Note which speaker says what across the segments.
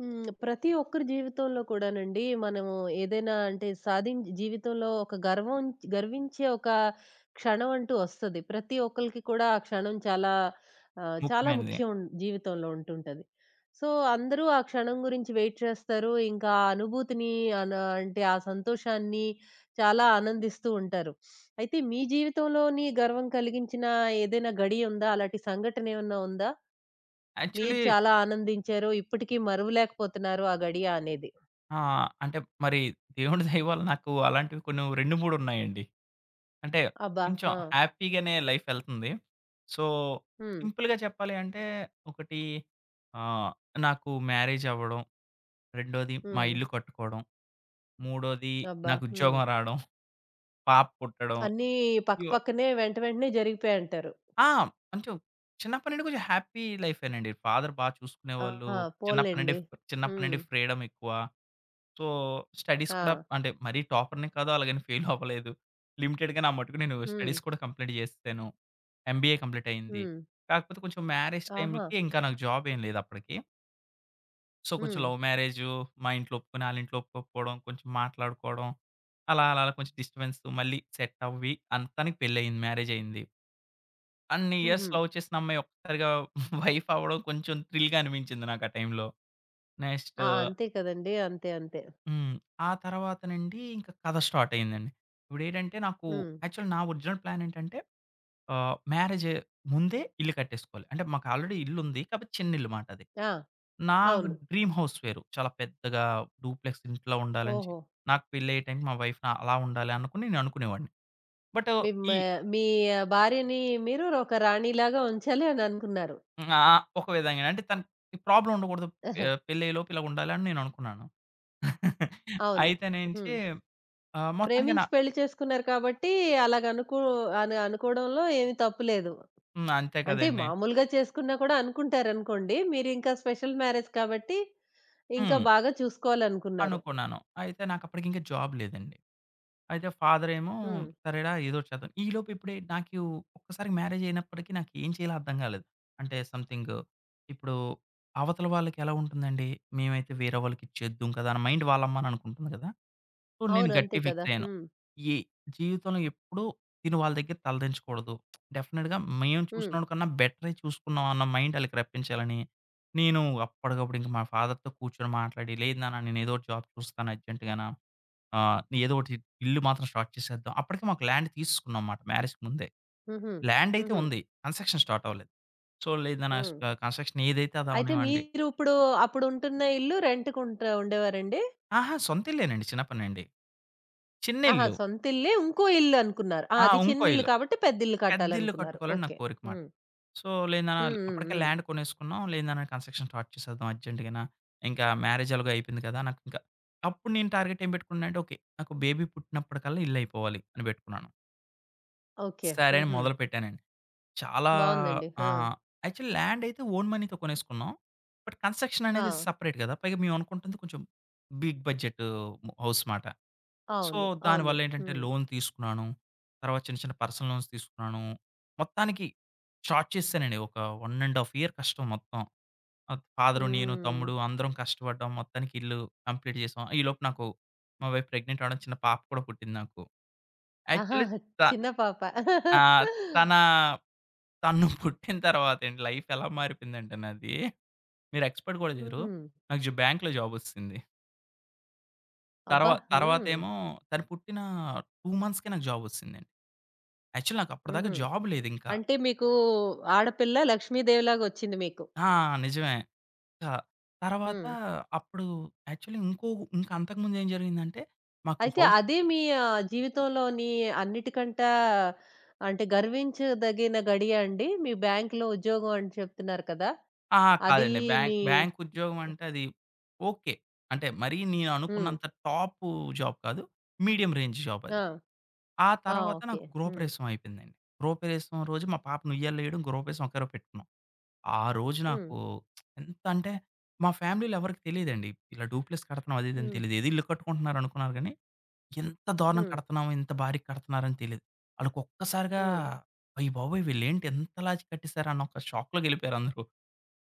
Speaker 1: హ్మ్. ప్రతి ఒక్కరి జీవితంలో కూడానండి, మనము ఏదైనా అంటే సాధిం జీవితంలో ఒక గర్వించే ఒక క్షణం అంటూ ఒస్తది. ప్రతి ఒక్కళ్ళకి కూడా ఆ క్షణం చాలా చాలా
Speaker 2: ముఖ్యమైనది.
Speaker 1: జీవితంలో ఉంటుంటది. సో, అందరూ ఆ క్షణం గురించి వెయిట్ చేస్తారు. ఇంకా ఆ అనుభూతిని అన అంటే ఆ సంతోషాన్ని చాలా ఆనందిస్తూ ఉంటారు. అయితే మీ జీవితంలోని గర్వం కలిగించిన ఏదైనా గడియుందా? అలాంటి సంఘటన ఏమన్నా ఉందా? మీరు
Speaker 2: యాక్చువల్లీ
Speaker 1: చాలా ఆనందించారు. ఇప్పటికి మరువలేకపోతున్నారు ఆ గడియ అనేది.
Speaker 2: ఆ! అంటే మరి దేవుడి దయ వల్ల నాకు అలాంటివి కొన్ని 2, 3 ఉన్నాయండి. అంటే
Speaker 1: అబ్బా!
Speaker 2: కొంచెం
Speaker 1: ఆ!
Speaker 2: హ్యాపీగానే లైఫ్ ఎళ్తుంది. సో,
Speaker 1: హ్మ్.
Speaker 2: సింపుల్‌గా చెప్పాలి అంటే ఒకటి ఆహ్, నాకు మ్యారేజ్ అవ్వడం, రెండోది మా
Speaker 1: హ్మ్.
Speaker 2: ఇల్లు కట్టుకోవడం, మూడోది
Speaker 1: అబ్బా!
Speaker 2: నాకు
Speaker 1: హ్మ్.
Speaker 2: ఉద్యోగం రావడం, పాప పుట్టడం.
Speaker 1: అన్నీ పక్క
Speaker 2: ఇవ
Speaker 1: పక్కనే వెంట వెంటనే జరిగిపోయాయంటారు.
Speaker 2: ఆ! కొంచెం చిన్నప్పటి నుండి కొంచెం హ్యాపీ లైఫేనండి. ఫాదర్ బా
Speaker 1: ఆ!
Speaker 2: చూసుకునేవాళ్ళు. చిన్నప్పటి నుండి
Speaker 1: పోన్లెండి.
Speaker 2: చిన్నప్పటి
Speaker 1: హ్మ్.
Speaker 2: నుండి ఫ్రీడమ్ ఎక్కువ. సో, స్టడీస్ కూడా
Speaker 1: ఆ!
Speaker 2: అంటే మరీ టాపర్‌ని కాదు. అలాగని ఫెయిల్ అవ్వలేదు. లిమిటెడ్‌గా నా మట్టుకు నేను
Speaker 1: హ్మ్.
Speaker 2: స్టడీస్ కూడా కంప్లీట్ చేసేసాను. ఎంబీఏ కంప్లీట్ అయింది.
Speaker 1: హ్మ్.
Speaker 2: కాకపోతే కొంచెం మ్యారేజ్
Speaker 1: ఆహా!
Speaker 2: టైమ్‌కి ఇంకా నాకు జాబ్ ఏం లేదు అప్పటికి. సో, కొంచెం
Speaker 1: హ్మ్.
Speaker 2: లవ్ మ్యారేజు మా ఇంట్లో ఒప్పుకుని, ఆళ్ళ ఇంట్లో ఒప్పుకోకపోవడం, కొంచెం మాట్లాడుకోవడం అలా, అలా, అలా కొంచెం డిస్టర్బెన్స్ మళ్ళీ సెట్ అవ్వి అంతానికి పెళ్లయింది. మ్యారేజ్ అయింది. అన్ని ఇయర్స్
Speaker 1: హుహు.
Speaker 2: లవ్ చేసిన అమ్మాయి ఒక్కసారిగా వైఫ్ అవ్వడం కొంచెం థ్రిల్‌గా అనిపించింది నాకు ఆ టైమ్‌లో. నెక్స్ట్
Speaker 1: ఆ! అంతే కదండీ. అంతే. అంతే.
Speaker 2: హ్మ్. ఆ తర్వాతనండి ఇంక కథ స్టార్ట్ అయిందండి. ఇప్పుడేంటంటే నాకు
Speaker 1: హ్మ్.
Speaker 2: యాక్చువల్ నా ఒరిజినల్ ప్లాన్ ఏంటంటే మ్యారేజ్ ముందే ఇల్లు కట్టేసుకోవాలి. అంటే మాకు ఆల్రెడీ ఇల్లుంది. కాబట్టి చిన్న ఇల్లు మాట అది.
Speaker 1: ఆ!
Speaker 2: నా
Speaker 1: అవును.
Speaker 2: డ్రీమ్ హౌస్ వేరు. చాలా పెద్దగా డూప్లెక్స్ ఇంట్లో ఉండాలని
Speaker 1: ఓహో!
Speaker 2: నాకు పెళ్ళయ్యే టైంకి మా వైఫ్ అలా ఉండాలి అనుకుని నేను అనుకునేవాడిని. బట్
Speaker 1: మీ మ
Speaker 2: ఈ
Speaker 1: మీ భార్యని మీరు ఒక రాణిలాగా ఉంచాలి అని అనుకున్నారు.
Speaker 2: ఆ! ఒక విధంగానే అంటే తనకి ప్రాబ్లమ్ ఉండకూడదు. పెళ్ళయ్యేలోపు ఇలా ఉండాలి అని నేను అనుకున్నాను.
Speaker 1: అవును.
Speaker 2: అయితేనేంచి
Speaker 1: హ్మ్.
Speaker 2: ఆహ్, మొత్తానికి నా
Speaker 1: ప్రేమించి పెళ్లి చేసుకున్నారు కాబట్టి అలాగనుకో అని అనుకోవడంలో ఏమి తప్పు లేదు.
Speaker 2: హ్మ్. అంతే
Speaker 1: అంటే
Speaker 2: కదండీ!
Speaker 1: మామూలుగా చేసుకున్నా కూడా అనుకుంటారనుకోండి. మీరింకా స్పెషల్ మ్యారేజ్ కాబట్టి ఇంకా
Speaker 2: హ్మ్.
Speaker 1: బాగా చూసుకోవాలనుకున్నారు.
Speaker 2: అనుకున్నాను. అయితే నాకప్పటికి ఇంకా జాబ్ లేదండి. అయితే ఫాదరేమో
Speaker 1: హ్మ్.
Speaker 2: సరేరా ఏదోటి చేద్దాం. ఈలోపు ఇప్పుడే నాకు ఒక్కసారి మ్యారేజ్ అయినప్పటికి నాకు ఏం చేయాలో అర్థం కాలేదు. అంటే సంథింగ్ ఇప్పుడు అవతల వాళ్ళకి ఎలా ఉంటుందండి. మేమైతే వేరే వాళ్ళకి ఇచ్చేద్దుం కదా! అని మైండ్ వాళ్ళ అమ్మ నాన్న అనుకుంటుంది కదా! సో, నేను
Speaker 1: అవును. అంతే
Speaker 2: గట్టిగా
Speaker 1: కదా!
Speaker 2: ఫిక్స్ అయ్యాను.
Speaker 1: హ్మ్.
Speaker 2: ఈ జీవితంలో ఎప్పుడూ నేను వాళ్ళ దగ్గర తలదించకూడదు. డెఫినిట్‌గా మేము
Speaker 1: హ్మ్.
Speaker 2: చూసినోడి కన్నా బెటరే చూసుకున్నాం అన్న మైండ్ ఆళ్ళకి రప్పించాలని, నేను అప్పటికప్పుడు ఇంక మా ఫాదర్‌తో కూర్చొని మాట్లాడి, "లేదు నాన్న నేను ఏదో ఒకటి జాబ్ చూస్తాను అర్జెంట్‌గాన. ఏదో ఒకటి ఇల్లు మాత్రం స్టార్ట్ చేసేద్దాం." అప్పటికి మాకు ల్యాండ్ తీసేసుకున్నాం మాట మ్యారేజ్‌కి ముందే.
Speaker 1: హుహు.
Speaker 2: ల్యాండ్ అయితే
Speaker 1: హుహు.
Speaker 2: ఉంది. కన్‌స్ట్రక్షన్ స్టార్ట్ అవ్వలేదు. సో, లేదు నాన్న
Speaker 1: హ్మ్.
Speaker 2: కన్‌స్ట్రక్షన్ ఏదైతే అది
Speaker 1: అయితే
Speaker 2: అవనివ్వండి.
Speaker 1: మీరు ఇప్పుడు అప్పుడుంటున్న ఇల్లు రెంట్‌కుంట ఉండేవారండి?
Speaker 2: అహా! సొంత ఇల్లేనండి చిన్నప్పటి నుండి. చిన్న
Speaker 1: ఆహా!
Speaker 2: ఇల్లు.
Speaker 1: సొంత ఇల్లే ఇంకో ఇల్లు అనుకున్నారు. ఆ!
Speaker 2: ఆ!
Speaker 1: అది
Speaker 2: ఇంకో
Speaker 1: చిన్న ఇల్లు
Speaker 2: ఇల్లు.
Speaker 1: కాబట్టి పెద్ద ఇల్లు
Speaker 2: పెద్ద ఇల్లు
Speaker 1: కట్టాలనుకున్నారు.
Speaker 2: కట్టుకోవాలని నా
Speaker 1: ఓకే.
Speaker 2: కోరిక మాట.
Speaker 1: హ్మ్.
Speaker 2: సో, లేనినాన
Speaker 1: హ్మ్. హ్మ్.
Speaker 2: అప్పటికే
Speaker 1: హ్మ్.
Speaker 2: ల్యాండ్ కొనేసుకున్నాం. లేనినాన కన్‌స్ట్రక్షన్ స్టార్ట్ చేసేద్దాం అర్జెంట్‌గాన. ఇంకా మ్యారేజ్ ఎలాగో అయిపోయింది కదా! అప్పుడు నేను టార్గెట్ ఏం పెట్టుకున్నానంటే, ఓకే. నాకు బేబీ పుట్టినప్పటికల్లా ఇల్లయిపోవాలి అని పెట్టుకున్నాను.
Speaker 1: ఓకే.
Speaker 2: సరే అని
Speaker 1: హుహు.
Speaker 2: మొదలుపెట్టానండి. చాలా
Speaker 1: బావుందండి. ఆ!
Speaker 2: ఆహ్, యాక్చువల్లీ ల్యాండ్ అయితే ఓన్ మనీతో కొనేసుకున్నాం. బట్ కన్‌స్ట్రక్షన్
Speaker 1: ఆ!
Speaker 2: అనేది సెపరేట్ కదా! పైగా మేమనుకుంటుంది కొంచెం బిగ్ బడ్జెట్ హౌస్ మాట. సో,
Speaker 1: అవును. అవును.
Speaker 2: దానివల్లేంటంటే
Speaker 1: హ్మ్.
Speaker 2: లోన్ తీసుకున్నాను. తర్వాత చిన్న, చిన్న పర్సనల్ లోన్స్ తీసుకున్నాను. మొత్తానికి స్టార్ట్ చేసేసానండి. ఒక 1 ½ ఇయర్ కష్టం మొత్తం. ఫాదరు, నేను,
Speaker 1: హ్మ్.
Speaker 2: తమ్ముడు అందరం కష్టపడ్డాం. మొత్తానికి ఇల్లు కంప్లీట్ చేసాం. ఈలోపు నాకు మా వైఫ్ ప్రెగ్నెంట్ అవ్వడం చిన్న పాప కూడా పుట్టింది నాకు.
Speaker 1: ఆహా!
Speaker 2: యాక్చువల్లీ త
Speaker 1: చిన్న పాప.
Speaker 2: ఆహ్, తన తను పుట్టిన తర్వాత అండి లైఫ్ ఎలా మారిపోయిందంటే నాది, మీరు ఎక్స్‌పెక్ట్ కూడా చేయరు.
Speaker 1: హ్మ్.
Speaker 2: నాకు జ బ్యాంక్‌లో జాబొచ్చేసింది.
Speaker 1: అబ్బా!
Speaker 2: తర్వా
Speaker 1: హ్మ్.
Speaker 2: తర్వాతేమో తను పుట్టిన 2 మంత్స్‌కే నాకు జాబొచ్చేసిందండి. యాక్చువల్ నాకప్పటిదాకా
Speaker 1: హుహు.
Speaker 2: జాబ్ లేదింకా.
Speaker 1: అంటే మీకు ఆడపిల్ల లక్ష్మీదేవిలాగొచ్చింది మీకు.
Speaker 2: ఆ! నిజమే. త తర్వాత
Speaker 1: హ్మ్.
Speaker 2: అప్పుడు యాక్చువల్లీ ఇంకో ఇంక అంతకుముందు ఏం జరిగిందంటే, మాకు
Speaker 1: అయితే
Speaker 2: హౌస్
Speaker 1: అదే మీ జీవితంలోని అన్నిటికంటా అంటే గర్వించదగిన గడియ అండి? మీ బ్యాంక్‌లో ఉద్యోగం అని చెప్తున్నారు కదా!
Speaker 2: అహా!
Speaker 1: అది
Speaker 2: కాదండి. బ్యాంక్
Speaker 1: మీ
Speaker 2: బ్యాంక్ ఉద్యోగం అంటే అది ఓకే. అంటే మరీ నేను
Speaker 1: హ్మ్.
Speaker 2: అనుకున్నంత టాపు జాబ్ కాదు. మీడియం రేంజ్ జాబ్ అది.
Speaker 1: ఆ!
Speaker 2: ఆ
Speaker 1: ఆ!
Speaker 2: తర్వాత
Speaker 1: ఓకే.
Speaker 2: నాకు
Speaker 1: హ్మ్.
Speaker 2: గృహప్రవేశం అయిపోయిందండి. గృహప్రవేశం రోజు మా పాపను ఉయ్యాల్లో ఎయడం, గృహప్రవేశం ఒకే రోజు పెట్టుకున్నాం. ఆ రోజు
Speaker 1: హ్మ్.
Speaker 2: నాకు ఎంత అంటే మా ఫ్యామిలీలో ఎవరికీ తెలీదండి. ఇలా డూప్లెక్స్ కడతన్నాం అది ఇది అని
Speaker 1: హ్మ్.
Speaker 2: తెలీదు. ఏదో ఇల్లు కట్టుకుంటున్నారనుకున్నారు గానీ ఎంత దారుణం
Speaker 1: హ్మ్.
Speaker 2: కడుతున్నాము, ఇంత భారీగా కడుతున్నారని తెలీదు. ఆళ్ళకొక్కసారిగా
Speaker 1: హ్మ్.
Speaker 2: అయ్యబాబోయ్! వీళ్ళేంటి ఇంతలాచి కట్టేసారు అన్న ఒక షాక్‌లోకెళ్ళిపోయారు అందరూ.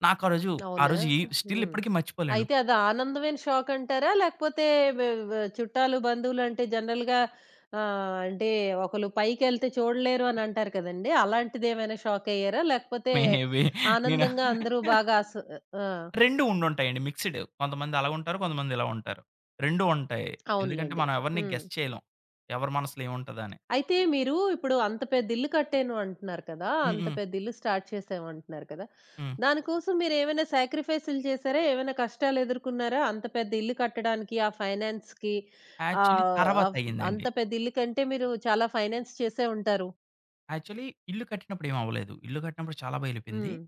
Speaker 2: నాకా రోజు, ఆ
Speaker 1: అవునా?
Speaker 2: రోజు ఈ స్టిల్
Speaker 1: హ్మ్.
Speaker 2: ఇప్పటికి మర్చిపోలేను.
Speaker 1: అయితే అది ఆనందమైన షాకంటారా? లేకపోతే వె వె చుట్టాలు, బంధువులంటే జనరల్‌గా ఆహ్, అంటే ఒకళ్ళు పైకెళ్తే చూడలేరు అనంటారు కదండీ! అలాంటిదేమైనా షాకయ్యారా? లేకపోతే
Speaker 2: మే బీ నేను
Speaker 1: ఆనందంగా అందరూ బాగా ఆస్ ఆ!
Speaker 2: 2 ఉండుంటాయండి మిక్స్‌డ్. కొంతమంది అలా ఉంటారు. కొంతమంది ఇలా ఉంటారు. 2 ఉంటాయి. ఎందుకంటే
Speaker 1: అవునులెండి.
Speaker 2: మనం ఎవరిని
Speaker 1: హ్మ్.
Speaker 2: గెస్ చేయలేం. ఎవరి మనసులో ఏముంటదని.
Speaker 1: అయితే మీరు ఇప్పుడు అంత పెద్ద ఇల్లు కట్టాను అంటున్నారు కదా!
Speaker 2: హ్మ్.
Speaker 1: అంత
Speaker 2: హ్మ్.
Speaker 1: పెద్ద ఇల్లు స్టార్ట్ చేసాము అంటున్నారు కదా!
Speaker 2: హ్మ్.
Speaker 1: దానికోసం మీరేమైనా సాక్రిఫైస్‌లు చేసారా? ఏమైనా కష్టాలు ఎదుర్కొన్నారా? అంత పెద్ద ఇల్లు కట్టడానికి, ఆ ఫైనాన్స్‌కి
Speaker 2: యాక్చువల్లీ
Speaker 1: ఆహ్,
Speaker 2: తర్వాత
Speaker 1: ఆఫ్ అంత
Speaker 2: అయిందండి.
Speaker 1: పెద్ద ఇల్లు కంటే మీరు చాలా ఫైనాన్స్ చేసే ఉంటారు.
Speaker 2: యాక్చువల్లీ ఇల్లు కట్టినప్పుడు ఏమి అవ్వలేదు. ఇల్లు కట్టినప్పుడు చాలా బెలిపోయింది.
Speaker 1: హ్మ్.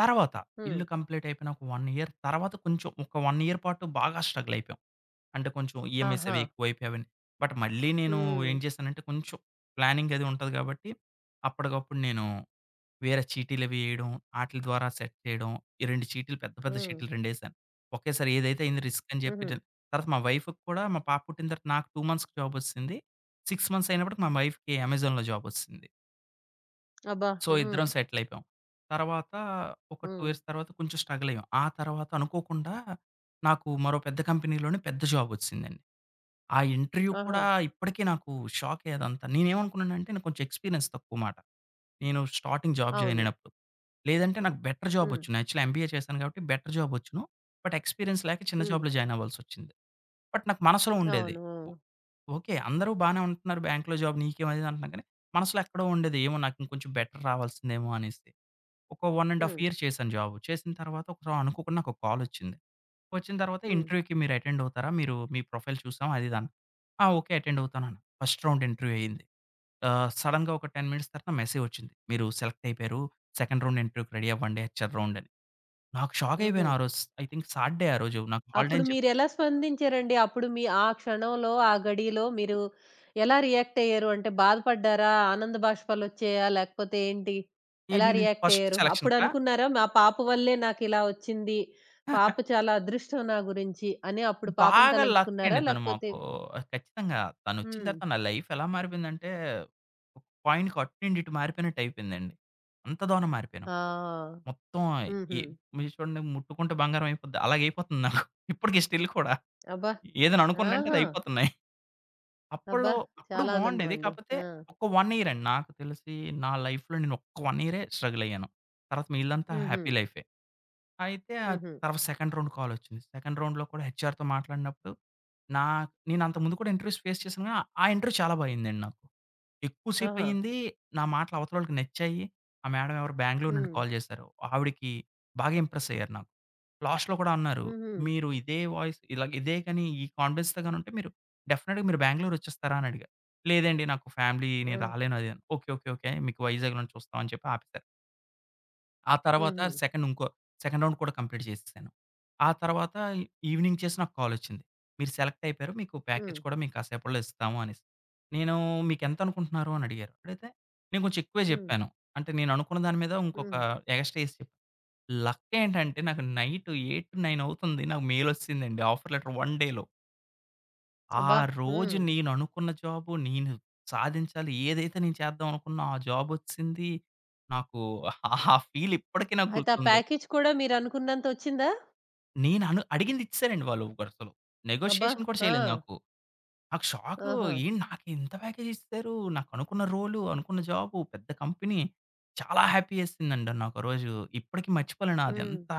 Speaker 2: తర్వాత
Speaker 1: హ్మ్.
Speaker 2: ఇల్లు కంప్లీట్ అయిపోయిన ఒక 1 ఇయర్ తర్వాత కొంచెం ఒక 1 ఇయర్ పాటు బాగా స్ట్రగల్ అయిపోయాం. అంటే కొంచెం ఈఎంఐస్
Speaker 1: ఆహా!
Speaker 2: అవి ఎక్కువైపోయాయి అవన్నీ. బట్ మళ్ళీ నేను
Speaker 1: హ్మ్.
Speaker 2: ఏం చేశానంటే కొంచెం ప్లానింగ్ అది ఉంటది కాబట్టి, అప్పటికప్పుడు నేను వేరే చీటీలు అవి ఏయడం, ఆటిల ద్వారా సెట్ చేయడం. ఈ 2 చీటీలు పెద్ద పెద్ద
Speaker 1: హ్మ్.
Speaker 2: చీటీలు రెండేసాను. ఒకేసారి ఏదైతే అయింది రిస్క్ అని చెప్పి
Speaker 1: హుహు.
Speaker 2: తర్వాత మా వైఫ్‌కి కూడా మా పాప పుట్టిన తర్వాత నాకు 2 మంత్స్‌కి జాబ్ వచ్చిసింది. 6 మంత్స్ అయినప్పటికి మా వైఫ్‌కి అమెజాన్‌లో జాబ్ వచ్చిసింది.
Speaker 1: అబ్బా!
Speaker 2: సో,
Speaker 1: హ్మ్.
Speaker 2: ఇద్దరం సెటిల్ అయిపోయాం. తర్వాత ఒక 2
Speaker 1: హ్మ్.
Speaker 2: ఇయర్స్ తర్వాత కొంచెం స్ట్రగల్ అయ్యాం. ఆ తర్వాత అనుకోకుండా నాకు మరో పెద్ద కంపెనీలోనే పెద్ద జాబ్ వచ్చిసిందండి. ఆ ఇంటర్వ్యూ
Speaker 1: ఆహా!
Speaker 2: కూడా ఇప్పటికీ నాకు షాకే అదంతా. నేనేమనుకున్నానంటే నాకు కొంచెం ఎక్స్‌పీరియన్స్ తక్కువ మాట. నేను స్టార్టింగ్ జాబ్ జాయిన్
Speaker 1: అవును.
Speaker 2: అయినప్పుడు. లేదంటే నాకు బెటర్ జాబ్
Speaker 1: హ్మ్.
Speaker 2: వచ్చును. యాక్చువల్లీ ఎంబీఏ చేశాను కాబట్టి బెటర్ జాబ్ వచ్చును. బట్ ఎక్స్‌పీరియన్స్ లేక చిన్న
Speaker 1: హ్మ్.
Speaker 2: జాబ్‌లో జాయిన్ అవ్వాల్సొచ్చింది. బట్ నాకు మనసులో ఉండేది.
Speaker 1: అవును.
Speaker 2: ఓకే. అందరూ బానే ఉంటున్నారు. బ్యాంక్‌లో జాబ్ నీకేం అది ఇది అంటున్నారు కానీ, మనసులో ఎక్కడో ఉండేది. ఏమో నాకు ఇంకొంచెం బెటర్ రావాల్సిందేమో అనేసి. ఒక 1 ½
Speaker 1: హ్మ్.
Speaker 2: ఇయర్ చేశాను జాబ్. చేసిన తర్వాత ఒక అనుకోకుండా నాకు ఒక కాలొచ్చింది. వచ్చిన తర్వాత
Speaker 1: హ్మ్.
Speaker 2: ఇంటర్వ్యూకి మీరు అటెండ్ అవుతారా? మీరు మీ ప్రొఫైల్ చూసాం అది ఇది అన్నారు. ఆ! ఓకే. అటెండ్ అవుతానన్నా. ఫస్ట్ రౌండ్ ఇంటర్వ్యూ అయింది. సడెన్‌గా ఒక 10 మినిట్స్ తర్వాత మెసేజ్ వచ్చింది. మీరు సెలెక్ట్ అయిపోయారు. సెకండ్ రౌండ్ ఇంటర్వ్యూకి రెడీ అవ్వండి. హెచ్‌ఆర్ రౌండ్ అని. నాకు షాక్
Speaker 1: హుహు.
Speaker 2: అయిపోయాను ఆ రోజు. ఐ థింక్ సాటర్‌డే ఆ రోజు. నాకు హాలిడే
Speaker 1: అప్పుడు
Speaker 2: అని చెప్పి.
Speaker 1: మీరెలా స్పందించారండి? అప్పుడు మీ ఆ క్షణంలో, ఆ గడియలో మీరు ఎలా రియాక్ట్ అయ్యారు? అంటే బాధపడ్డారా? ఆనంద బాష్పాలొచ్చాయా? లేకపోతే ఏంటి? ఎలా
Speaker 2: ఏంటి నీది
Speaker 1: రియాక్ట్
Speaker 2: ఫస్ట్
Speaker 1: అయ్యారు?
Speaker 2: సెలక్షన్‌కా?
Speaker 1: అప్పుడనుకున్నారా మా పాప వల్లే నాకిలా వచ్చింది. పాప చాలా అదృష్టం నా గురించి అని అప్పుడు పాపను
Speaker 2: బాగా
Speaker 1: తలంచుకున్నారా?
Speaker 2: లక్కండి తను
Speaker 1: లేకపోతే
Speaker 2: మాకు. ఖచ్చితంగా తనొచ్చిన
Speaker 1: హ్మ్.
Speaker 2: తర్వాత నా లైఫ్ ఎలా మారిపోయిందంటే, ఒక పాయింట్‌కి అటు నుండి ఇటు మారిపోయినట్టయిపోయిందండి. అంత దారుణం మారిపోయాను.
Speaker 1: ఆ!
Speaker 2: మొత్తం ఏ
Speaker 1: హుహు.
Speaker 2: మీరు చూడండి ముట్టుకుంటే బంగారం అయిపోద్ది. అలాగయిపోతుంది నాకు. ఇప్పటికి స్టిల్ కూడా.
Speaker 1: అబ్బా!
Speaker 2: ఏదైనా అనుకున్నానంటే అది
Speaker 1: ఆహా!
Speaker 2: అయిపోతున్నాయి.
Speaker 1: అబ్బా!
Speaker 2: అప్పట్లో అప్పుడు
Speaker 1: చాలా ఆనందం
Speaker 2: బావుండేది.
Speaker 1: అండి.
Speaker 2: కాకపోతే
Speaker 1: ఆ!
Speaker 2: ఒక 1 ఇయర్ అండి. నాకు తెలిసి నా లైఫ్‌లో నేను ఒక్క 1 ఇయరే స్ట్రగుల్ అయ్యాను. తర్వాత మిగిలిందంతా
Speaker 1: హుహు.
Speaker 2: హ్యాపీ లైఫే. అయితే
Speaker 1: హుహు.
Speaker 2: తర్వాత సెకండ్ రౌండ్ కాలొచ్చింది. సెకండ్ రౌండ్‌లో కూడా హెచ్ఆర్‌తో మాట్లాడినప్పుడు, నా నేను అంతకుముందు కూడా ఇంటర్వ్యూస్ ఫేస్ చేశాను గానీ, ఆ ఇంటర్వ్యూ చాలా బా అయిందండి నాకు. ఎక్కువ
Speaker 1: ఆహా!
Speaker 2: సేపయింది. నా మాటలు అవతలోళ్ళకి నచ్చాయి. ఆ మేడమ్ ఎవరో బెంగుళూరు నుండి
Speaker 1: హ్మ్.
Speaker 2: కాల్ చేశారు. ఆవిడకి బాగా ఇంప్రెస్ అయ్యారు నాకు. లాస్ట్‌లో కూడా అన్నారు,
Speaker 1: హుహు.
Speaker 2: "మీరు ఇదే వాయిస్ ఇలా ఇదే గాని ఈ కాన్ఫిడెన్స్‌తో గాని ఉంటే మీరు డెఫినెట్‌గా మీరు బెంగుళూరు వచ్చేస్తారా?" అని అడిగారు. "లేదండి నాకు ఫ్యామిలీ
Speaker 1: ఆ!
Speaker 2: నేను రాలేను" అది అని. "ఓకే. ఓకే. ఓకే. మీకు వైజాగ్‌లోనే చూస్తాం" అని చెప్పి ఆపేసారు. ఆ తర్వాత
Speaker 1: హుహు.
Speaker 2: సెకండ్ ఇంకో సెకండ్ రౌండ్ కూడా కంప్లీట్ చేసేసాను. ఆ తర్వాత ఈవినింగ్ చేసి నాకు కాలొచ్చింది. "మీరు సెలెక్ట్ అయిపోయారు. మీకు
Speaker 1: హ్మ్.
Speaker 2: ప్యాకేజ్ కూడా మీకు కాసేపట్లో ఇస్తాము" అనేసి. నేను "మీకెంతనుకుంటున్నారు?" అని అడిగారు. అడిగితే నేను కొంచెం ఎక్కువే
Speaker 1: హ్మ్.
Speaker 2: జెప్పాను. అంటే నేను అనుకున్న దాని మీద ఇంకొక
Speaker 1: హ్మ్.
Speaker 2: ఎగస్ట్రా ఏసి చెప్పాను. లక్ ఏంటంటే నాకు నైట్ 8, 9 అవుతుంది. నాకు మెయిలొచ్చేసిందండి ఆఫర్ లెటర్ 1 డేలో. ఆ
Speaker 1: అబ్బా!
Speaker 2: రోజు
Speaker 1: హ్మ్.
Speaker 2: నేను అనుకున్న జాబు, నేను సాధించాలి ఏదైతే నేను చేద్దాం అనుకున్నా ఆ జాబొచ్చేసింది. నాకు ఆ ఫీల్ ఇప్పటికి నాకు
Speaker 1: అయితే ఆ
Speaker 2: గుర్తుంది.
Speaker 1: ప్యాకేజ్ కూడా మీరనుకున్నంత ఒచ్చిందా?
Speaker 2: నేను అను అడిగింది ఇచ్చేసారండి వాళ్ళు వరుసలో.
Speaker 1: అబ్బా!
Speaker 2: నెగోషియేషన్ కూడా
Speaker 1: ఆ!
Speaker 2: చేయలేదు నాకు. నాకు షాకు
Speaker 1: ఆహా!
Speaker 2: ఏంటి నాకు ఇంత ప్యాకేజ్ ఇచ్చేసారు. నాకు అనుకున్న రోలు, అనుకున్న జాబు, పెద్ద కంపెనీ. చాలా హ్యాపీ యేసిందండి నాకు ఆ రోజు. ఇప్పటికి మర్చిపోలేను
Speaker 1: హ్మ్.
Speaker 2: అదెంత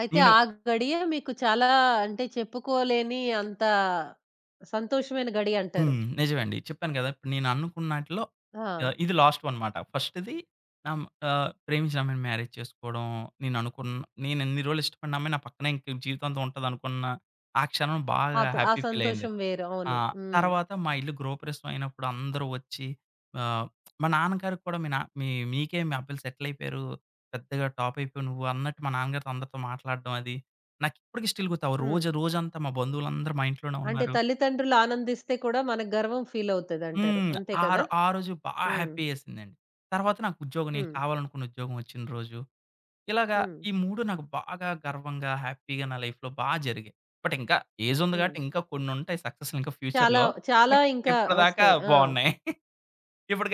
Speaker 1: అయితే
Speaker 2: నేను
Speaker 1: ఆ గడియే మీకు చాలా అంటే చెప్పుకోలేని అంత సంతోషమైన గడియ అంటారు.
Speaker 2: హ్మ్. నిజమే అండి. చెప్పాను గదా! ఇప్పుడు నేను అనుకున్నాటిలో
Speaker 1: ఆ!
Speaker 2: ఇది లాస్ట్ వన్నమాట. ఫస్ట్‌ది నా ప్రేమించిన అమ్మాయిని మ్యారేజ్ చేసుకోవడం. నేను అనుకున్న నేను ఎన్ని రోజులు ఇష్టపడిన అమ్మాయి నా పక్కనే ఇంక జీవితాంతం ఉంటదనుకున్న ఆ క్షణం బాగా
Speaker 1: అప్పుడు ఆ
Speaker 2: హ్యాపీ ఫీలయ్యింది.
Speaker 1: సంతోషం వేరు.
Speaker 2: ఆ!
Speaker 1: అవును. హ్మ్.
Speaker 2: తర్వాత మా ఇల్లు గృహప్రవేశం అయినప్పుడు అందరూ వచ్చి ఆహ్, మా నాన్నగారికి కూడా మీ నా మీ మీకే మీ అబ్బాయిలు సెటిల్ అయిపోయారు. పెద్దగా టాప్ అయిపోయావు నువ్వు అన్నట్టు మా నాన్నగారితో అందరితో మాట్లాడడం అది. నాకిప్పటికి స్టిల్ గుర్తు. ఆ
Speaker 1: హ్మ్.
Speaker 2: రోజు రోజంతా మా బంధువులందరూ మా ఇంట్లోనే
Speaker 1: అంటే
Speaker 2: ఉన్నారు.
Speaker 1: తల్లిదండ్రులు ఆనందిస్తే కూడా మనకు గర్వం ఫీల్ అవుతదంటారు.
Speaker 2: హ్మ్.
Speaker 1: అంతే కదా!
Speaker 2: ఆ రోజు బాగా
Speaker 1: హ్మ్.
Speaker 2: హ్యాపీ యేసిందండి. తర్వాత నాకు ఉద్యోగం నేను
Speaker 1: హ్మ్.
Speaker 2: కావాలనుకున్న ఉద్యోగం వచ్చిన రోజు. ఇలాగా
Speaker 1: హ్మ్.
Speaker 2: ఈ 3 నాకు బాగా గర్వంగా, హ్యాపీగా నా లైఫ్‌లో బా జరిగాయి. బట్ ఇంకా ఏజ్ ఉంది
Speaker 1: హ్మ్.
Speaker 2: కాబట్టి ఇంకా కొన్నుంటాయి సక్సెస్‌లు ఇంకా
Speaker 1: చాలా,
Speaker 2: ఫ్యూచర్‌లో.
Speaker 1: చాలా
Speaker 2: బట్
Speaker 1: ఇంకా
Speaker 2: ఇప్పటిదాకా
Speaker 1: ఒస్తాయి. ఆ!
Speaker 2: బావున్నాయి.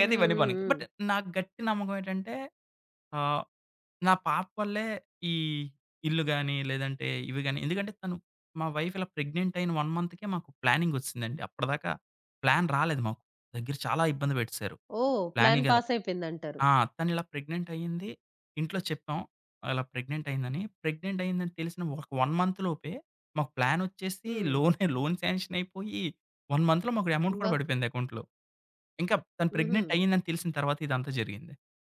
Speaker 1: హ్మ్.
Speaker 2: ఇవన్నీ
Speaker 1: హ్మ్.
Speaker 2: పనికి.
Speaker 1: హ్మ్.
Speaker 2: బట్ నాకు గట్టి నమ్మకం ఏంటంటే ఆహ్, నా పాప వల్లే ఈ ఇల్లు గాని, లేదంటే ఇవి గాని ఎందుకంటే తను మా వైఫ్ ఇలా ప్రెగ్నెంట్ అయిన 1 మంత్‌కే మాకు ప్లానింగ్ వచ్చిసిందండి. అప్పటిదాకా ప్లాన్ రాలేదు మాకు. దగ్గర చాలా ఇబ్బంది పెట్టేసారు.
Speaker 1: ఓహ్! ప్లాన్
Speaker 2: ప్లానింగ్ అది.
Speaker 1: పాస్ అయిపోయిందంటారు.
Speaker 2: ఆ! తను ఇలా ప్రెగ్నెంట్ అయింది. ఇంట్లో చెప్పాం. ఇలా ప్రెగ్నెంట్ అయిందని. ప్రెగ్నెంట్ అయిందని తెలిసిన ఒక 1 మంత్ లోపే మాకు ప్లాన్ వచ్చేసి
Speaker 1: హ్మ్.
Speaker 2: లోన్ లోన్ శాంక్షన్ అయిపోయి 1 మంత్‌లో మాకు అమౌంట్
Speaker 1: అబ్బా!
Speaker 2: కూడా పడిపోయింది అకౌంట్‌లో. ఇంకా తను
Speaker 1: హుహు.
Speaker 2: ప్రెగ్నెంట్ అయిందని తెలిసిన తర్వాత ఇదంతా జరిగింది.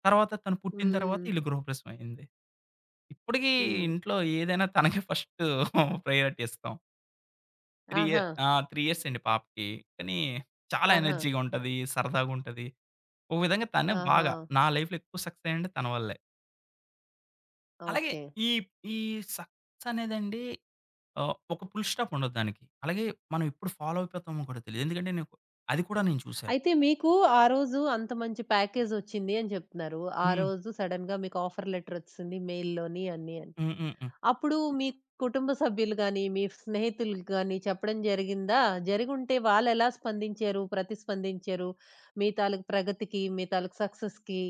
Speaker 2: తర్వాత తను పుట్టిన
Speaker 1: హ్మ్.
Speaker 2: తర్వాత
Speaker 1: హ్మ్.
Speaker 2: ఈళ్ళు గృహప్రవేశం అయింది. ఇప్పటికి
Speaker 1: హ్మ్.
Speaker 2: ఇంట్లో ఏదైనా తనకే ఫస్ట్ ప్రయారిటీ ఇస్తాం. 3
Speaker 1: ఆహా!
Speaker 2: ఇయర్ ఆ! 3 ఇయర్స్ అండి పాపకి. కానీ చాలా
Speaker 1: ఆహా!
Speaker 2: ఎనర్జీగా ఉంటది. సరదాగుంటది. ఒక విధంగా తనే
Speaker 1: ఆహా!
Speaker 2: బాగా నా లైఫ్‌లో ఎక్కువ సక్సెస్ అయ్యానంటే తన వల్లే. అలాగే
Speaker 1: ఓకే.
Speaker 2: ఈ ఈ సక్సెస్ అనేదండి ఒక ఫుల్ స్టాప్ ఉండదు దానికి. అలాగే మనం ఎప్పుడు ఫాలో అయిపోతామో కూడా తెలీదు. ఎందుకంటే నేను అది కూడా నేను చూసాను.
Speaker 1: అయితే మీకు ఆ రోజు అంత మంచి ప్యాకేజొచ్చింది అని చెప్తున్నారు. ఆ
Speaker 2: హ్మ్.
Speaker 1: రోజు సడెన్‌గా మీకు ఆఫర్ లెటరొచ్చేసింది మెయిల్‌లోని అన్ని అని.
Speaker 2: హ్మ్. హ్మ్. హ్మ్.
Speaker 1: అప్పుడు మీ కుటుంబ సభ్యులు గాని, మీ స్నేహితులకు గాని చెప్పడం జరిగిందా? జరిగుంటే వాళ్ళెలా స్పందించారు? ప్రతిస్పందించారు? మీ తాలూకు ప్రగతికి, మీ తాలూకు సక్సెస్‌కి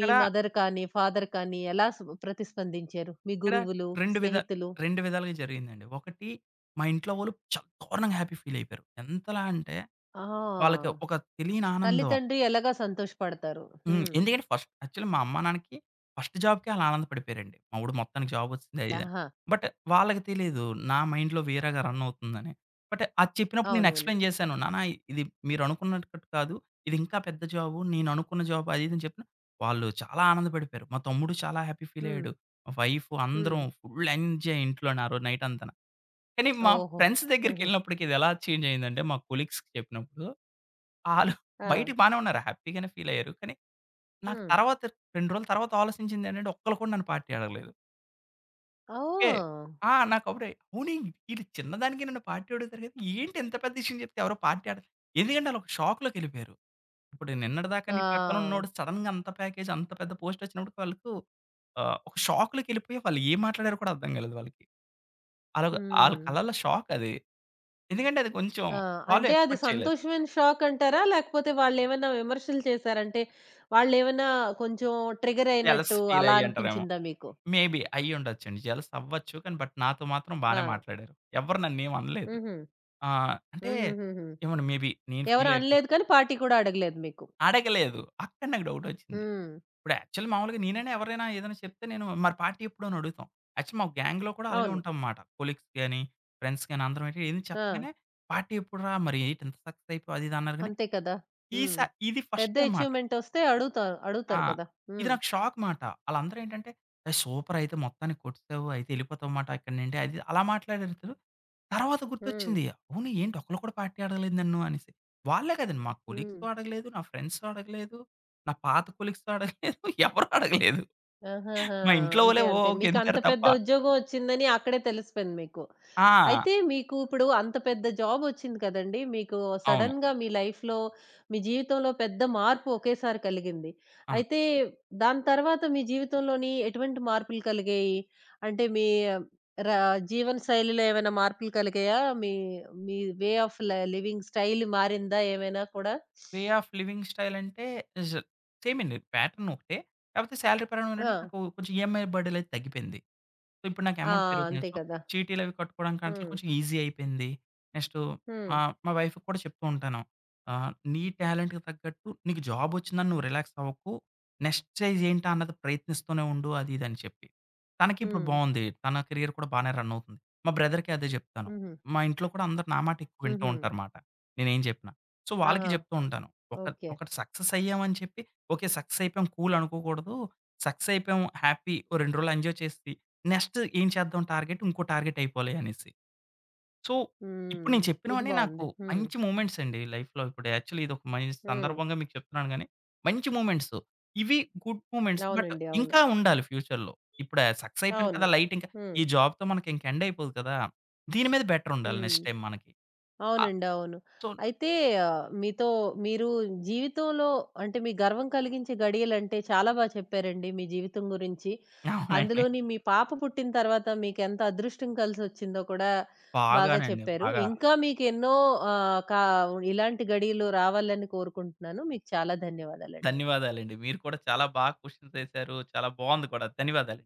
Speaker 1: మీ మదర్ కానీ, ఫాదర్ కానీ ఎలా స్ ప్రతిస్పందించారు? మీ
Speaker 2: ఇక్కడ
Speaker 1: గురువులు,
Speaker 2: 2 విధా
Speaker 1: స్నేహితులు?
Speaker 2: 2 విధాలుగా జరిగిందండి. ఒకటి మా ఇంట్లో వాళ్ళు చాలా దారుణంగా హ్యాపీ ఫీల్ అయిపోయారు. ఎంతలా అంటే వాళ్ళకి
Speaker 1: ఆ!
Speaker 2: ఒక తెలియని
Speaker 1: తల్లి,
Speaker 2: ఆనందం.
Speaker 1: తండ్రి ఎలాగా సంతోషపడతారు.
Speaker 2: హ్మ్.
Speaker 1: హ్మ్.
Speaker 2: ఎందుకంటే ఫస్ట్ యాక్చువల్లీ మా అమ్మా, నాన్నకి ఫస్ట్ జాబ్‌కే ఆళ్ళు ఆనందపడిపోయారండి. మా వోడు మొత్తానికి జాబ్ వచ్చింది అది ఇది అని.
Speaker 1: ఆహా!
Speaker 2: బట్ వాళ్ళకి తెలీదు నా మైండ్‌లో వేరేగా రన్ అవుతుందని. బట్ అది చెప్పినప్పుడు నేను
Speaker 1: అవునవును.
Speaker 2: ఎక్స్‌ప్లెయిన్ చేశాను. నాన్న ఇది మీరనుకున్నట్టు కాదు. ఇది ఇంకా పెద్ద జాబు. నేను అనుకున్న జాబ్ అది ఇది అని చెప్పిన వాళ్ళు చాలా ఆనందపడిపోయారు. మా తమ్ముడు చాలా హ్యాపీ ఫీల్
Speaker 1: హ్మ్.
Speaker 2: అయ్యాడు. మా వైఫ్
Speaker 1: హ్మ్.
Speaker 2: అందరం ఫుల్ ఎంజాయ్ ఇంట్లోనే ఆ రోజు నైట్ అంతాన. కానీ మా
Speaker 1: ఓహో!
Speaker 2: ఫ్రెండ్స్
Speaker 1: హుహు.
Speaker 2: దగ్గరికెళ్ళినప్పటికి ఇది ఎలా చేంజ్ అయిందంటే మా కొలీగ్స్‌కి చెప్పినప్పుడు ఆళ్ళు
Speaker 1: ఆ!
Speaker 2: బయటికి బానే ఉన్నారు. హ్యాపీగానే ఫీల్ అయ్యారు. కానీ నాకు
Speaker 1: హ్మ్.
Speaker 2: తర్వాత 2 రోజుల తర్వాత ఆలోచించిందేంటంటే ఒక్కళ్ళు కూడా నన్ను పార్టీ అడగలేదు. ఓకే.
Speaker 1: ఓహ్!
Speaker 2: ఆ! నాకప్పుడే అవును ఈళ్ళు చిన్నదానికే నన్ను పార్టీ అడుగుతారు కదా! ఏంటి ఇంత పెద్ద విషయం చెప్తే ఎవరు పార్టీ అడగ ఎందుకంటే ఆళ్ళొక షాక్‌లోకెళ్ళిపోయారు. ఇప్పుడు నిన్నటిదాకా నీ
Speaker 1: ఆ!
Speaker 2: పక్కనున్నోడు సడెన్‌గా అంత ప్యాకేజ్ అంత పెద్ద పోస్ట్ వచ్చినప్పుడు వాళ్ళకు ఒక షాక్‌లోకెళ్ళిపోయి వాళ్ళు ఏం మాట్లాడారో కూడా అర్థం కాలేదు వాళ్ళకి. ఆళ్ళొక ఆళ్ళ
Speaker 1: హ్మ్.
Speaker 2: కళ్ళలో షాక్ అది. ఎందుకంటే అది కొంచెం
Speaker 1: ఆ!
Speaker 2: వాళ్ళు
Speaker 1: అంటే అది
Speaker 2: ఎక్స్‌పెక్ట్ చేయలేదు.
Speaker 1: సంతోషమైన షాక్ అంటారా? లేకపోతే వాళ్ళేమన్నా విమర్శలు చేసారంటే, వాళ్ళేమన్నా కొంచెం ట్రిగర్
Speaker 2: జెలస్
Speaker 1: అయినట్టు
Speaker 2: ఫీల్
Speaker 1: అలా
Speaker 2: అయ్యి అంటారేమో!
Speaker 1: అనిపించిందా మీకు?
Speaker 2: మేబీ అయ్యుండొచ్చండి. జెలస్ అవ్వచ్చు. కానీ బట్ నాతో మాత్రం బానే
Speaker 1: ఆ!
Speaker 2: మాట్లాడారు. ఎవరు నన్నేం అనలేదు.
Speaker 1: హుహు.
Speaker 2: ఆ! అంటే
Speaker 1: హుహుహుహు.
Speaker 2: ఏమోనండి మేబీ నేను
Speaker 1: ఎవరు
Speaker 2: ఫీల్ అయిపో
Speaker 1: అనలేదు కానీ పార్టీ కూడా అడగలేదు మీకు.
Speaker 2: అడగలేదు. అక్కడ నాకు డౌటొచ్చింది.
Speaker 1: హ్మ్.
Speaker 2: ఇప్పుడు యాక్చువల్లీ మామూలుగా నేనైనా ఎవరైనా ఏదైనా చెప్తే నేను మరి పార్టీ ఎప్పుడు అని అడుగుతాం. యాక్చువల్లీ మా గ్యాంగ్‌లో కూడా అలాగే
Speaker 1: అవును.
Speaker 2: ఉంటాం మాట. కొలీగ్స్ గాని, ఫ్రెండ్స్ గాని అందరం ఏంటి ఏది
Speaker 1: ఆ!
Speaker 2: చెప్పగానే "పార్టీ ఎప్పుడురా? మరి ఏంటి ఇంత సక్సెస్ అయిపోయావు?" అది ఇది అన్నారు గాని,
Speaker 1: అంతే కదా! హ్మ్.
Speaker 2: ఈసా ఇది ఫస్ట్
Speaker 1: పెద్ద
Speaker 2: టైమ్ మాట.
Speaker 1: అచీవ్‌మెంటొస్తే అడుగుతారు.
Speaker 2: ఆ!
Speaker 1: అడుగుతారు కదా!
Speaker 2: ఇది
Speaker 1: హ్మ్.
Speaker 2: నాకు షాక్ మాట. ఆళ్ళందరూ ఏంటంటే, "ఏయ్! సూపర్ అయితే మొత్తానికి కొట్టేసావు. అయితే ఎళ్ళిపోతావమాట ఇక్కడి నుండి" అది అలా మాట్లాడారు. తర్వాత
Speaker 1: హ్మ్.
Speaker 2: గుర్తొచ్చింది. అవును ఏంటి ఒక్కళ్ళు కూడా పార్టీ అడగలేదు నన్ను అనేసి. వాళ్ళే కాదండి మా కొలీగ్స్
Speaker 1: హ్మ్.
Speaker 2: అడగలేదు. నా ఫ్రెండ్స్ అడగలేదు. నా పాత కొలీగ్స్ అడగలేదు. ఎవరు అడగలేదు.
Speaker 1: ఆహాహా!
Speaker 2: మా ఇంట్లో
Speaker 1: అంతే.
Speaker 2: వాళ్ళే ఓ
Speaker 1: అంతే. మీకంత
Speaker 2: గెంతారు తప్ప.
Speaker 1: పెద్ద ఉద్యోగం వచ్చిందని అక్కడే తెలిసిపోయింది మీకు.
Speaker 2: ఆ!
Speaker 1: అయితే మీకు ఇప్పుడు అంత పెద్ద జాబొచ్చింది కదండీ! మీకు
Speaker 2: అవును.
Speaker 1: సడెన్‌గా మీ లైఫ్‌లో, మీ జీవితంలో పెద్ద మార్పు ఒకేసారి కలిగింది.
Speaker 2: ఆ!
Speaker 1: అయితే దాని తర్వాత మీ జీవితంలోని ఎటువంటి మార్పులు కలిగాయి? అంటే మీ రా జీవన శైలిలో ఏమైనా మార్పులు కలిగాయా? మీ మీ వే ఆఫ్ లివింగ్ స్టైల్ మారిందా ఏమైనా కూడా?
Speaker 2: వే ఆఫ్ లివింగ్ స్టైల్ అంటే ఇజ్ సేమ్ అండి. ప్యాటర్న్ ఒకటే. కాకపోతే సాలరీ పరంగా ఏంటంటే
Speaker 1: ఆ!
Speaker 2: నాకు కొంచెం ఈఎంఐ బర్డెన్ అనేది తగ్గిపోయింది. సో, ఇప్పుడు నాకు
Speaker 1: ఆ!
Speaker 2: అమౌంట్ పెరుగుతుంది.
Speaker 1: అంతే
Speaker 2: సో,
Speaker 1: కదా!
Speaker 2: చీటీలు అవి కట్టుకోవడానికి అట్లా
Speaker 1: హ్మ్.
Speaker 2: కొంచెం ఈజీ అయిపోయింది. నెక్స్ట్
Speaker 1: హ్మ్.
Speaker 2: మా మా వైఫ్‌కి కూడా చెప్తూ ఉంటాను. "నీ టాలెంట్‌కి తగ్గట్టు నీకు జాబ్ వచ్చిందని నువ్వు రిలాక్స్ అవ్వకు. నెక్స్ట్ స్టేజ్ ఏంటా అన్నది ప్రయత్నిస్తూనే ఉండు" అది ఇది అని చెప్పి. తనకి ఇప్పుడు
Speaker 1: హ్మ్.
Speaker 2: బావుంది. తన కెరియర్ కూడా బానే రన్ అవుతుంది. మా బ్రదర్‌కి అదే చెప్తాను.
Speaker 1: హుహు.
Speaker 2: మా ఇంట్లో కూడా అందరూ నా మాట ఎక్కువ వింటూ
Speaker 1: హుహు.
Speaker 2: ఉంటారుమాట. నేనేం చెప్పినా. సో, వాళ్ళకి
Speaker 1: ఆహా!
Speaker 2: చెప్తూ ఉంటాను. ఒక
Speaker 1: ఓకే.
Speaker 2: ఒకటి సక్సెస్ అయ్యామని చెప్పి, ఓకే. సక్సెస్ అయిపోయాం కూల్ అనుకోకూడదు. సక్సెస్ అయిపోయాం హ్యాపీ ఓ 2 రోజులు ఎంజాయ్ చేసి, నెక్స్ట్ ఏం చేద్దాం టార్గెట్ ఇంకో టార్గెట్ అయిపోలే అనేసి. సో, ఇప్పుడు
Speaker 1: హ్మ్.
Speaker 2: నేను
Speaker 1: ఇది
Speaker 2: చెప్పినవన్నీ
Speaker 1: బావుంది.
Speaker 2: నాకు
Speaker 1: హ్మ్.
Speaker 2: మంచి మూమెంట్స్ అండి లైఫ్‌లో. ఇప్పుడు యాక్చువల్లీ ఇదొక మంచి
Speaker 1: హ్మ్.
Speaker 2: సందర్భంగా మీకు చెప్తున్నాను గానీ, మంచి మూమెంట్స్. ఇవి గుడ్ మూమెంట్స్. బట్
Speaker 1: అవునండి. అవును.
Speaker 2: ఇంకా ఉండాలి ఫ్యూచర్‌లో. ఇప్పుడు సక్సెస్ అయిపోయాను
Speaker 1: అవును.
Speaker 2: కదా! లైట్ ఇంకా
Speaker 1: హ్మ్.
Speaker 2: ఈ జాబ్‌తో మనకి ఇంక ఎండ్ అయిపోదు కదా! దీని మీద బెటర్ ఉండాలి
Speaker 1: హ్మ్.
Speaker 2: నెక్స్ట్ టైమ్ మనకి. ఆహ్,
Speaker 1: అవునండి. అవును.
Speaker 2: సో
Speaker 1: అయితే ఆహ్, మీతో మీరు జీవితంలో అంటే మీ గర్వం కలిగించే గడియలంటే చాలా బా చెప్పారండి మీ జీవితం గురించి.
Speaker 2: అవునండి.
Speaker 1: అందులోని మీ పాప పుట్టిన తర్వాత మీకెంత అదృష్టం కలిసొచ్చిందో కూడా బాగా
Speaker 2: బాగానండి.
Speaker 1: చెప్పారు.
Speaker 2: బాగా.
Speaker 1: ఇంకా మీకెన్నో ఆహ్, కా ఇలాంటి గడియలు రావాలని కోరుకుంటున్నాను. మీకు చాలా ధన్యవాదాలండి.
Speaker 2: ధన్యవాదాలండి. మీరు కూడా చాలా బాగా క్వెషన్స్ ఎసారు. చాలా బావుంది కూడా. ధన్యవాదాలు.